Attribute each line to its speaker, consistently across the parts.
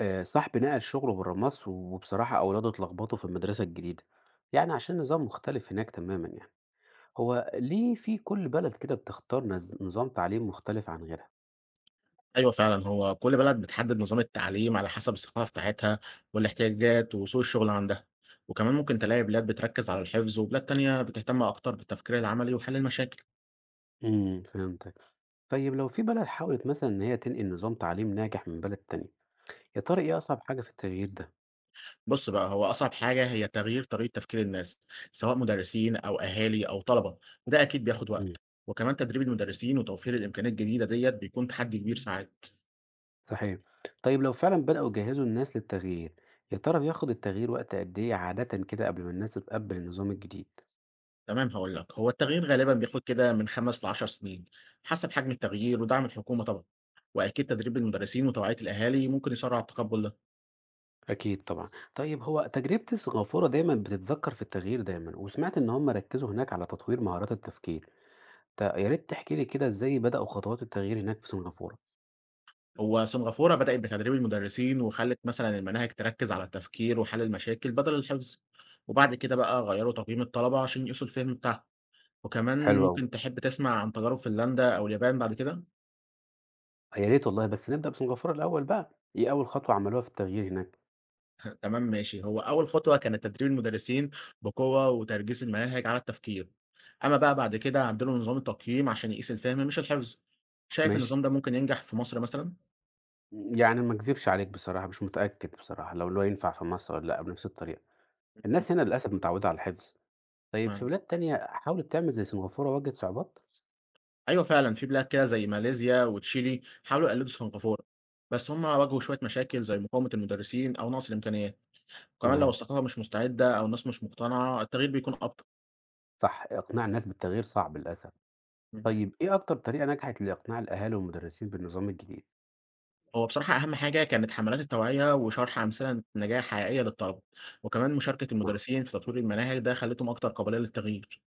Speaker 1: صاحبي نقل شغله برّه مصر، وبصراحة أولاده اتلخبطوا في المدرسة الجديدة، يعني عشان نظام مختلف هناك تمامًا يعني. هو ليه في كل بلد كده بتختار نظام تعليم مختلف عن غيرها؟
Speaker 2: أيوه فعلًا، هو كل بلد بتحدد نظام التعليم على حسب الثقافة بتاعتها والاحتياجات وسوق الشغل عندها، وكمان ممكن تلاقي بلاد بتركز على الحفظ وبلاد تانية بتهتم أكتر بالتفكير العملي وحل المشاكل.
Speaker 1: فهمتك. طيب لو في بلد حاولت مثلًا إن هي تنقل نظام تعليم ناجح من بلد تانية، يا ترى إيه أصعب حاجة في التغيير ده؟
Speaker 2: بُص بقى، هو أصعب حاجة هي تغيير طريقة تفكير الناس، سواء مدرسين أو أهالي أو طلبة، وده أكيد بياخد
Speaker 1: إمم،
Speaker 2: وقت، وكمان تدريب المدرسين وتوفير الإمكانيات الجديدة ديّة بيكون تحدي كبير ساعات.
Speaker 1: صحيح. طيب لو فعلًا بدأوا يجهزوا الناس للتغيير، يا ترى بياخد التغيير وقت قد إيه عادةً كده قبل ما الناس تتقبل النظام الجديد؟
Speaker 2: تمام هاقول لك، هو التغيير غالبًا بياخد كده من 5 ل10 سنين، حسب حجم التغيير ودعم الحكومة طبعًا، وأكيد تدريب المدرسين وتوعية الأهالي ممكن يسرّع التقبُّل ده،
Speaker 1: أكيد طبعًا. طيب هو تجربة سنغافورة دايمًا بتتذكّر في التغيير دايمًا، وسمعت إن هم ركّزوا هناك على تطوير مهارات التفكير، يا ريت تحكي لي كده إزاي بدأوا خطوات التغيير هناك في سنغافورة؟
Speaker 2: هو سنغافورة بدأت بتدريب المدرسين وخلّت مثلًا المناهج تركّز على التفكير وحل المشاكل بدل الحفظ، وبعد كده بقى غيّروا تقييم الطلبة عشان يقيسوا الفهم بتاعهم، وكمان
Speaker 1: حلو أوي.
Speaker 2: ممكن تحب تسمع عن تجارب فنلندا أو اليابان بعد كده؟
Speaker 1: يا ريت والله، بس نبدأ بسنغافورة الأول بقى، إيه أول خطوة عملوها في التغيير هناك؟
Speaker 2: تمام ماشي، هو أول خطوة كانت تدريب المدرسين بقوة وترجيس المناهج على التفكير، أما بقى بعد كده عدلوا نظام التقييم عشان يقيس الفهم مش الحفظ، شايف
Speaker 1: ماشي.
Speaker 2: النظام ده ممكن ينجح في مصر مثلًا؟
Speaker 1: يعني ما أكذبش عليك بصراحة، مش متأكد بصراحة لو اللي هو ينفع في مصر والّا لأ بنفس الطريقة.
Speaker 2: إمم،
Speaker 1: الناس هنا للأسف متعودة على الحفظ. طيب في
Speaker 2: فعلًا،
Speaker 1: بلاد تانية حاولت تعمل زي سنغافورة واجهت صعوبات؟
Speaker 2: أيوه فعلًا في بلاد كده زي ماليزيا وتشيلي حاولوا يقلدوا سنغافورة، بس هم واجهوا شوية مشاكل زي مقاومة المدرسين أو نقص الإمكانيات، وكمان لو
Speaker 1: تمام،
Speaker 2: الثقافة مش مستعدة أو الناس مش مقتنعة التغيير بيكون أبطأ.
Speaker 1: صح، إقناع الناس بالتغيير صعب للأسف.
Speaker 2: اهم.
Speaker 1: طيب إيه أكتر طريقة نجحت لإقناع الأهالي والمدرسين بالنظام الجديد؟
Speaker 2: هو بصراحة أهم حاجة كانت حملات التوعية وشرح أمثلة نجاح حقيقية للطلبة، وكمان مشاركة
Speaker 1: نعم.
Speaker 2: المدرسين في تطوير المناهج ده خلتهم أكتر قابلية للتغيير.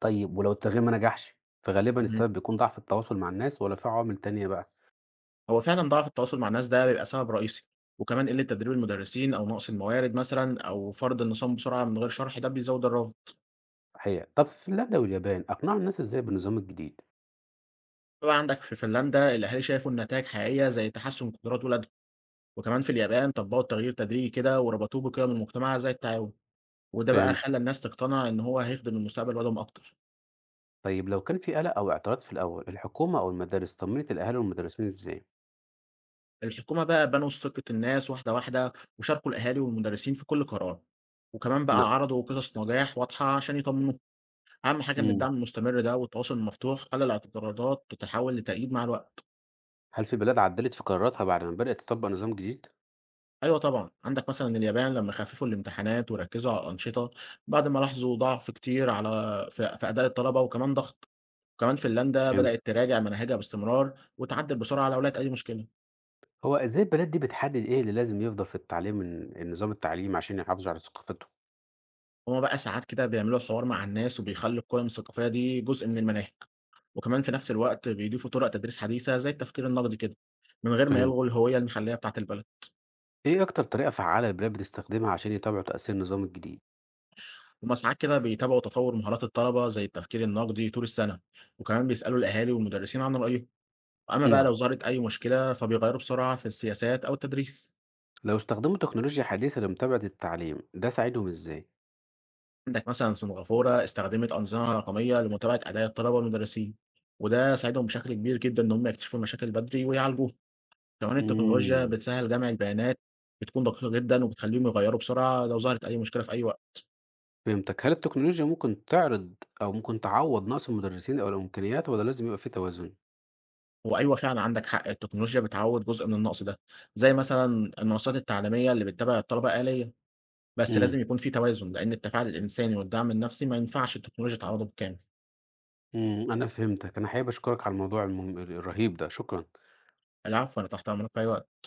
Speaker 1: طيب ولو التغيير ما نجحش فغالبا
Speaker 2: مهم.
Speaker 1: السبب بيكون ضعف التواصل مع الناس ولا في عوامل تانية بقى؟
Speaker 2: هو فعلا ضعف التواصل مع الناس ده بيبقى سبب رئيسي، وكمان قلة تدريب المدرسين أو نقص الموارد مثلا أو فرض النظام بسرعة من غير شرح ده بيزود الرفض.
Speaker 1: صحيح طب في فنلندا واليابان أقنعوا الناس إزاي بالنظام الجديد؟
Speaker 2: طبعا عندك في فنلندا الأهالي شافوا نتائج حقيقية زي تحسن قدرات ولادهم، وكمان في اليابان طبقوا التغيير تدريجي كده وربطوه بقيم المجتمع زي التعاون، وده بقى
Speaker 1: فهمت.
Speaker 2: خلى الناس تقتنع إن هو هيخدم المستقبل ولادهم أكتر.
Speaker 1: طيب لو كان في قلق أو اعتراض في الأول الحكومة أو المدارس طمنت الأهالي والمدرسين إزاي؟
Speaker 2: الحكومة بقى بنوا ثقة الناس واحدة واحدة، وشاركوا الأهالي والمدرسين في كل قرار، وكمان
Speaker 1: نعم.
Speaker 2: بقى عرضوا قصص نجاح واضحة عشان يطمنوهم، أهم حاجة إن
Speaker 1: مم.
Speaker 2: الدعم المستمر ده والتواصل المفتوح خلى الاعتراضات تتحول لتأييد مع الوقت.
Speaker 1: هل في بلاد عدلت في قراراتها بعد ما بدأت تطبق نظام جديد؟
Speaker 2: أيوه طبعًا، عندك مثلًا اليابان لما خففوا الامتحانات وركزوا على الأنشطة بعد ما لاحظوا ضعف كتير على في أداء الطلبة وكمان ضغط، وكمان فنلندا
Speaker 1: فهمت.
Speaker 2: بدأت تراجع مناهجها باستمرار وتعدل بسرعة لو لقت أي مشكلة،
Speaker 1: هو إزاي البلاد دي بتحدد إيه اللي لازم يفضل في التعليم النظام التعليمي عشان يحافظوا على ثقافتهم؟
Speaker 2: هُم بقى ساعات كده بيعملوا حوار مع الناس وبيخلوا القيم الثقافية دي جزء من المناهج. وكمان في نفس الوقت بيضيفوا طرق تدريس حديثة زي التفكير النقدي كده من غير ما
Speaker 1: فهمت.
Speaker 2: يلغوا الهوية المحلية بتاعة البلد.
Speaker 1: إيه أكتر طريقة فعّالة البلاد بتستخدمها عشان يتابعوا تأثير النظام الجديد؟
Speaker 2: هما ساعات كده بيتابعوا تطور مهارات الطلبة زي التفكير النقدي طول السنة وكمان بيسألوا الأهالي والمدرسين عن رأيهم، وأما بقى
Speaker 1: نعم،
Speaker 2: لو ظهرت أي مشكلة فبيغيروا بسرعة في السياسات أو التدريس.
Speaker 1: لو استخدموا تكنولوجيا حديثة لمتابعة التعليم، ده ساعدهم إزاي؟
Speaker 2: عندك مثلا سنغافورة استخدمت أنظمة رقمية لمتابعة أداء الطلبة والمدرسين، وده ساعدهم بشكل كبير جدا إن هم يكتشفوا المشاكل بدري ويعالجوها، كمان التكنولوجيا
Speaker 1: إمم،
Speaker 2: بتسهل جمع البيانات، بتكون دقيقة جدا وبتخليهم يغيروا بسرعة لو ظهرت أي مشكلة في أي وقت.
Speaker 1: فهمتك. هل التكنولوجيا ممكن تعرض أو ممكن تعوّض نقص المدرسين أو الإمكانيات والّا لازم يبقى في توازن؟
Speaker 2: هو أيوه فعلًا عندك حق، التكنولوجيا بتعوّض جزء من النقص ده، زي مثلًا المنصات التعليمية اللي بتتابع الطلبة آلية، بس
Speaker 1: إمم،
Speaker 2: لازم يكون في توازن، لأن التفاعل الإنساني والدعم النفسي ما ينفعش التكنولوجيا تعوّضه بالكامل.
Speaker 1: إمم، أنا فهمتك. أنا حقيقي باشكرك على الموضوع المهم الرهيب ده، شكرًا.
Speaker 2: العفو، أنا تحت أمرك في أي وقت.